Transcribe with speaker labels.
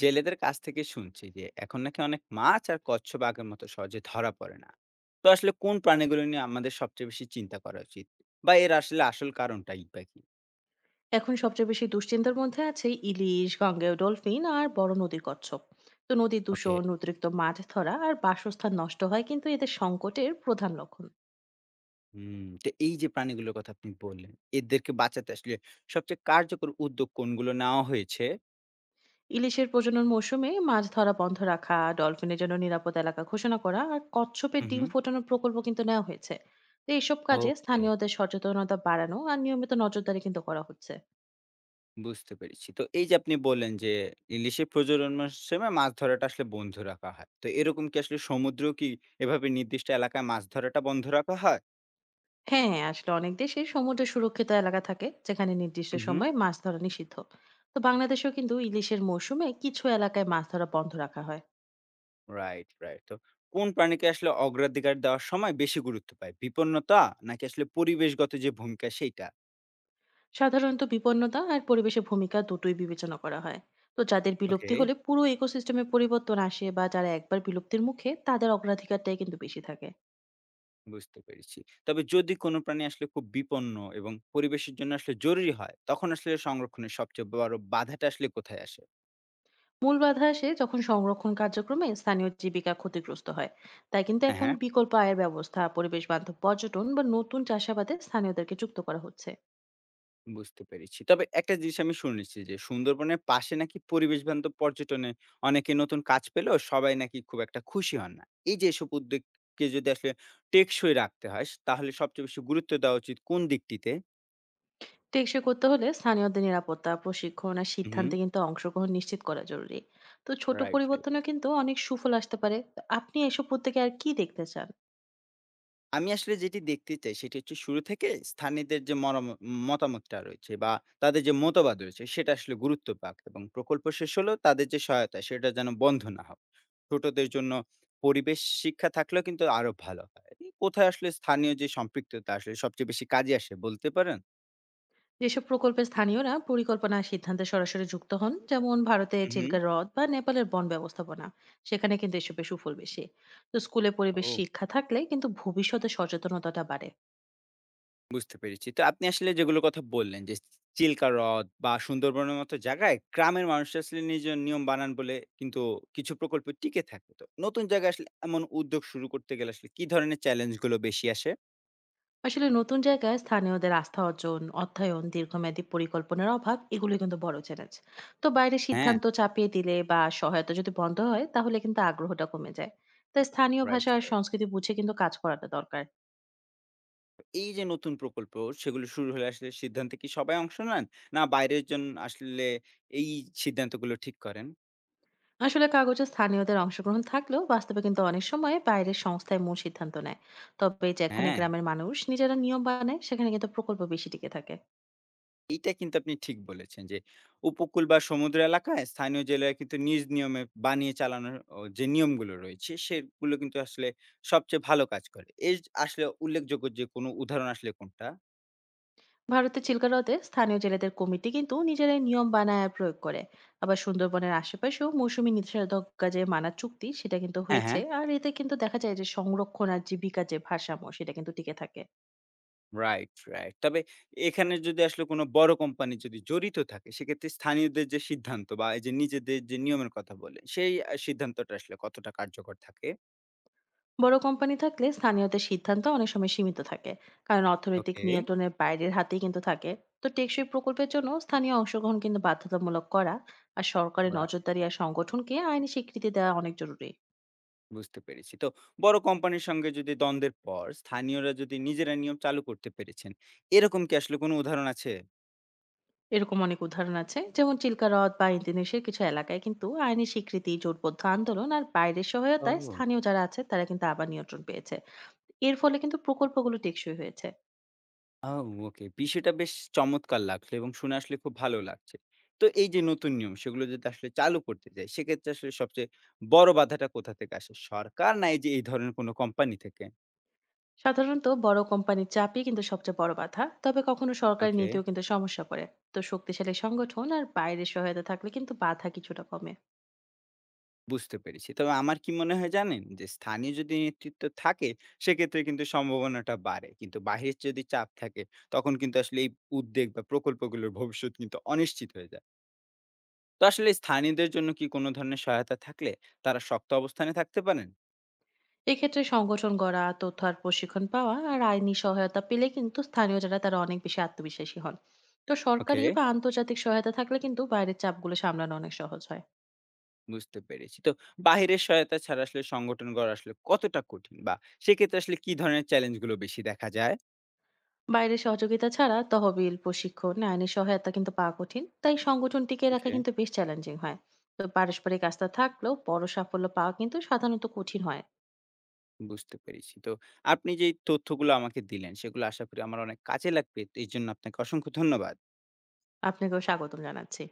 Speaker 1: জেলেদের কাছ থেকে শুনছি যে এখন নাকি অনেক মাছ আর কচ্ছপ আগের মতো সহজে ধরা পড়ে না। তো আসলে কোন প্রাণীগুলো নিয়ে আমাদের সবচেয়ে বেশি চিন্তা করা উচিত, বা এর আসলে আসল কারণটাই বা কি?
Speaker 2: এখন সবচেয়ে বেশি দুশ্চিন্তার মধ্যে আছে ইলিশ গঙ্গেয় ডলফিন আর বড় নদীর কচ্ছপ। তো নদী
Speaker 1: ওকে।
Speaker 2: দূষণ অতিরিক্ত মাছ ধরা আর বাসস্থান নষ্ট হয় কিন্তু এদের সংকটের প্রধান লক্ষণ।
Speaker 1: হুম, তো এই যে প্রাণীগুলোর কথা আপনি বললেন, এদেরকে বাঁচাতে আসলে সবচেয়ে কার্যকর উদ্যোগ কোনগুলো নেওয়া হয়েছে?
Speaker 2: ইলিশের প্রজনন মৌসুমে মাছ ধরা বন্ধ রাখা ডলফিনের জন্য নিরাপদ এলাকা ঘোষণা করা আর কচ্ছপের
Speaker 1: হুম
Speaker 2: ডিম
Speaker 1: হুম
Speaker 2: ফোটানোর প্রকল্প কিন্তু নেওয়া হয়েছে। তো এইসব কাজে
Speaker 1: ওকে,
Speaker 2: স্থানীয়দের সচেতনতা বাড়ানো আর নিয়মিত নজরদারি কিন্তু করা হচ্ছে।
Speaker 1: বুঝতে পেরেছি। তো এই যে আপনি বললেন যে ইলিশে প্রজননের সময় মাছ ধরাটা আসলে বন্ধ রাখা হয়, তো এরকম কি আসলে সমুদ্র এভাবে নির্দিষ্ট এলাকায় মাছ ধরাটা বন্ধ রাখা হয়?
Speaker 2: হ্যাঁ, হ্যাঁ, আসলে অনেক দেশে সমুদ্র সুরক্ষিত এলাকা থাকে যেখানে নির্দিষ্ট
Speaker 1: হুম হুম
Speaker 2: সময়ে মাছ ধরা নিষিদ্ধ। তো বাংলাদেশেও কিন্তু ইলিশের মৌসুমে কিছু এলাকায় মাছ ধরা বন্ধ রাখা হয়।
Speaker 1: Right, right. তো কোন প্রাণীকে আসলে অগ্রাধিকার দেওয়ার সময় বেশি গুরুত্ব পায়? বিপন্নতা, নাকি আসলে পরিবেশগত যে ভূমিকা সেইটা?
Speaker 2: সাধারণত বিপন্নতা আর পরিবেশের ভূমিকা দুটোই বিবেচনা করা হয়। তো যাদের
Speaker 1: ওকে,
Speaker 2: বিলুপ্তি হলে পুরো ইকোসিস্টেমে পরিবর্তন আসে বা যারা একবার বিলুপ্তির মুখে তাদের অগ্রাধিকারটাই কিন্তু বেশি থাকে।
Speaker 1: বুঝতে পেরেছি। তবে যদি কোনো প্রাণী আসলে খুব বিপন্ন এবং পরিবেশের জন্য আসলে জরুরি হয়, তখন আসলে সংরক্ষণের সবচেয়ে বড় বাধাটা আসলে কোথায় আসে?
Speaker 2: মূল বাধা আসে যখন সংরক্ষণ কার্যক্রমে স্থানীয় জীবিকা ক্ষতিগ্রস্ত হয়। তাই কিন্তু
Speaker 1: হ্যাঁ,
Speaker 2: এখন
Speaker 1: হ্যাঁ।
Speaker 2: বিকল্প আয়ের ব্যবস্থা, পরিবেশ বান্ধব পর্যটন বা নতুন চাষাবাদে স্থানীয়দেরকে যুক্ত করা হচ্ছে।
Speaker 1: বুঝতে পেরেছি। তবে একটা জিনিস আমি শুনেছি যে, সুন্দরবনের পাশে নাকি পরিবেশ বান্ধব পর্যটনে অনেকে নতুন কাজ পেলেও সবাই নাকি খুব একটা খুশি হন না। এই যে এসব উদ্যোগকে যদি আসলে টেকসই রাখতে হয়, তাহলে সবচেয়ে বেশি গুরুত্ব দেওয়া উচিত কোন দিকটিতে?
Speaker 2: টেকসই করতে হলে স্থানীয়দের নিরাপত্তা প্রশিক্ষণ আর
Speaker 1: হু, হু।
Speaker 2: সিদ্ধান্তে কিন্তু অংশগ্রহণ নিশ্চিত করা জরুরি। তো ছোট
Speaker 1: রাইট, রাইট।
Speaker 2: পরিবর্তনও কিন্তু অনেক সুফল আসতে পারে। তো আপনি এসব প্রত্যেকে আর কি দেখতে চান?
Speaker 1: আমি আসলে যেটি দেখতে চাই সেটি হচ্ছে শুরু থেকে স্থানীয়দের যে মতামতটা রয়েছে, বা তাদের যে মতবাদ রয়েছে সেটা আসলে গুরুত্ব পাক এবং প্রকল্প শেষ হলেও তাদের যে সহায়তা সেটা যেন বন্ধ না হয়। ছোটদের জন্য পরিবেশ শিক্ষা থাকলেও কিন্তু আরো ভালো হয়। কোথায় আসলে স্থানীয় যে সম্পৃক্ততা আসলে সবচেয়ে বেশি কাজে আসে বলতে পারেন?
Speaker 2: যেসব প্রকল্পে স্থানীয়রা পরিকল্পনা আর সিদ্ধান্তে সরাসরি যুক্ত হন যেমন ভারতে
Speaker 1: হুম।
Speaker 2: চিল্কা হ্রদ বা নেপালের বন ব্যবস্থাপনা, সেখানে কিন্তু এসবের সুফল বেশি। তো স্কুলে পরিবেশ
Speaker 1: ও,
Speaker 2: শিক্ষা থাকলে কিন্তু ভবিষ্যতে সচেতনতাটা বাড়ে।
Speaker 1: বুঝতে পেরেছি। তো আপনি আসলে যেগুলোর কথা বললেন যে, চিল্কা হ্রদ বা সুন্দরবনের মতো জায়গায় গ্রামের মানুষ আসলে নিজ নিয়ম বানান বলে কিন্তু কিছু প্রকল্প টিকে থাকে। তো নতুন জায়গায় আসলে এমন উদ্যোগ শুরু করতে গেলে আসলে কি ধরনের চ্যালেঞ্জ গুলো বেশি আসে?
Speaker 2: আসলে নতুন জায়গায় স্থানীয়দের আস্থা অর্জন অর্থায়ন দীর্ঘমেয়াদী পরিকল্পনার অভাব এগুলো কিন্তু বড় চ্যালেঞ্জ। তো বাইরে
Speaker 1: হ্যাঁ,
Speaker 2: সিদ্ধান্ত চাপিয়ে দিলে বা সহায়তা যদি বন্ধ হয় তাহলে কিন্তু আগ্রহটা কমে যায়। তাই স্থানীয়
Speaker 1: রাইট,
Speaker 2: ভাষা আর
Speaker 1: রাইট।
Speaker 2: সংস্কৃতি বুঝে কিন্তু কাজ করাটা দরকার।
Speaker 1: এই যে নতুন প্রকল্প সেগুলো শুরু হলে আসলে সিদ্ধান্তে কি সবাই অংশ নেন? না বাইরের জন আসলে এই সিদ্ধান্তগুলো ঠিক করেন?
Speaker 2: আসলে কাগজে স্থানীয়দের অংশগ্রহণ থাকলেও বাস্তবে কিন্তু অনেক সময় বাইরের সংস্থায় মূল সিদ্ধান্ত নেয়। তবে যেখানে
Speaker 1: হ্যাঁ।
Speaker 2: গ্রামের মানুষ নিজেরা নিয়ম বানায় সেখানে কিন্তু প্রকল্প বেশি টিকে থাকে।
Speaker 1: এইটা কিন্তু আপনি ঠিক বলেছেন যে, উপকূল বা সমুদ্র এলাকায় স্থানীয় জেলেরা কিন্তু নিজ নিয়মে বানিয়ে চালানোর যে নিয়মগুলো রয়েছে, সেগুলো কিন্তু আসলে সবচেয়ে ভালো কাজ করে। এর আসলে উল্লেখযোগ্য যে কোনো উদাহরণ আসলে কোনটা?
Speaker 2: ভারতের চিল্কা হ্রদে স্থানীয় জেলেদের কমিটি কিন্তু নিজেরাই নিয়ম বানায় আর প্রয়োগ করে। আবার সুন্দরবনের আশেপাশেও মৌসুমী নিষেধাজ্ঞা যে মানা চুক্তি সেটা কিন্তু
Speaker 1: হ্যাঁ,
Speaker 2: হয়েছে,
Speaker 1: হ্যাঁ।
Speaker 2: আর এতে কিন্তু দেখা যায় যে সংরক্ষণ আর জীবিকা যে ভারসাম্য সেটা কিন্তু টিকে থাকে।
Speaker 1: Right, right. তবে এখানে যদি আসলে কোনো বড় কোম্পানি যদি জড়িত থাকে, সেক্ষেত্রে স্থানীয়দের যে সিদ্ধান্ত বা এই যে নিজেদের যে নিয়মের কথা বললেন, সেই সিদ্ধান্তটা আসলে কতটা কার্যকর থাকে?
Speaker 2: বড় কোম্পানি থাকলে স্থানীয়দের সিদ্ধান্ত অনেক সময় সীমিত থাকে, কারণ অর্থনৈতিক
Speaker 1: ওকে।
Speaker 2: নিয়ন্ত্রণের বাইরের হাতেই কিন্তু থাকে। তো টেকসই প্রকল্পের জন্য স্থানীয় অংশগ্রহণ কিন্তু বাধ্যতামূলক করা আর সরকারের নজরদারি আর সংগঠনকে আইনি স্বীকৃতি দেওয়া অনেক জরুরি।
Speaker 1: বুঝতে পেরেছি। তো বড় কোম্পানির সঙ্গে যদি দ্বন্দ্বের পর স্থানীয়রা যদি নিজেরা নিয়ম চালু করতে পেরেছেন, এরকম কি আসলে কোনো উদাহরণ আছে?
Speaker 2: এরকম অনেক উদাহরণ আছে, যেমন চিল্কা হ্রদ বা ইন্দোনেশিয়ার কিছু এলাকায় কিন্তু আইনি স্বীকৃতি জোটবদ্ধ আন্দোলন আর বাইরের সহায়তায়
Speaker 1: ও,
Speaker 2: স্থানীয় যারা আছে তারা কিন্তু আবার নিয়ন্ত্রণ পেয়েছে। এর ফলে কিন্তু প্রকল্পগুলো টেকসই হয়েছে।
Speaker 1: ও, ওকে। বিষয়টা বেশ চমৎকার লাগলো এবং শুনে আসলে খুব ভালো লাগছে। তো এই যে নতুন নিয়ম সেগুলো যদি আসলে চালু করতে যাই, সেক্ষেত্রে আসলে সবচেয়ে বড় বাধাটা কোথা থেকে আসে? সরকার, না এই যে এই ধরনের কোনো কোম্পানি থেকে?
Speaker 2: সাধারণত বড় কোম্পানির চাপই কিন্তু সবচেয়ে বড় বাধা, তবে কখনো সরকারি
Speaker 1: ওকে।
Speaker 2: নীতিও কিন্তু সমস্যা করে। তো শক্তিশালী সংগঠন আর বাইরের সহায়তা থাকলে কিন্তু বাধা কিছুটা কমে।
Speaker 1: বুঝতে পেরেছি। তবে আমার কি মনে হয় জানেন? যে স্থানীয় যদি নেতৃত্ব থাকে, সেক্ষেত্রে কিন্তু সম্ভাবনাটা বাড়ে। কিন্তু বাহিরের যদি চাপ থাকে, তখন কিন্তু আসলে এই উদ্বেগ বা প্রকল্পগুলোর ভবিষ্যৎ কিন্তু অনিশ্চিত হয়ে যায়। তো আসলে স্থানীয়দের জন্য কি কোনো ধরনের সহায়তা থাকলে তারা শক্ত অবস্থানে থাকতে পারেন?
Speaker 2: এক্ষেত্রে সংগঠন গড়া, তথ্য আর প্রশিক্ষণ পাওয়া আর আইনি সহায়তা পেলে কিন্তু স্থানীয় যারা তারা অনেক বেশি আত্মবিশ্বাসী হন। তো
Speaker 1: ওকে,
Speaker 2: সরকারি বা আন্তর্জাতিক সহায়তা থাকলে কিন্তু বাইরের চাপগুলো সামলানো অনেক সহজ হয়।
Speaker 1: বুঝতে পেরেছি। তো বাহিরের সহায়তা ছাড়া আসলে সংগঠন গড়া আসলে কতটা কঠিন, বা সেক্ষেত্রে আসলে কি ধরনের চ্যালেঞ্জগুলো বেশি দেখা যায়?
Speaker 2: বাইরের সহযোগিতা ছাড়া তহবিল প্রশিক্ষণ আইনি সহায়তা কিন্তু পাওয়া কঠিন, তাই সংগঠন টিকিয়ে রাখা
Speaker 1: ওকে।
Speaker 2: কিন্তু বেশ চ্যালেঞ্জিং হয়। তো পারস্পরিক আস্থা থাকলেও বড় সাফল্য পাওয়া কিন্তু সাধারণত কঠিন হয়।
Speaker 1: বুঝতে পেরেছি। তো আপনি যেই তথ্যগুলো আমাকে দিলেন, সেগুলো আশা করি আমার অনেক কাজে লাগবে। তো এজন্য আপনাকে অসংখ্য ধন্যবাদ।
Speaker 2: আপনাকেও স্বাগতম জানাচ্ছি।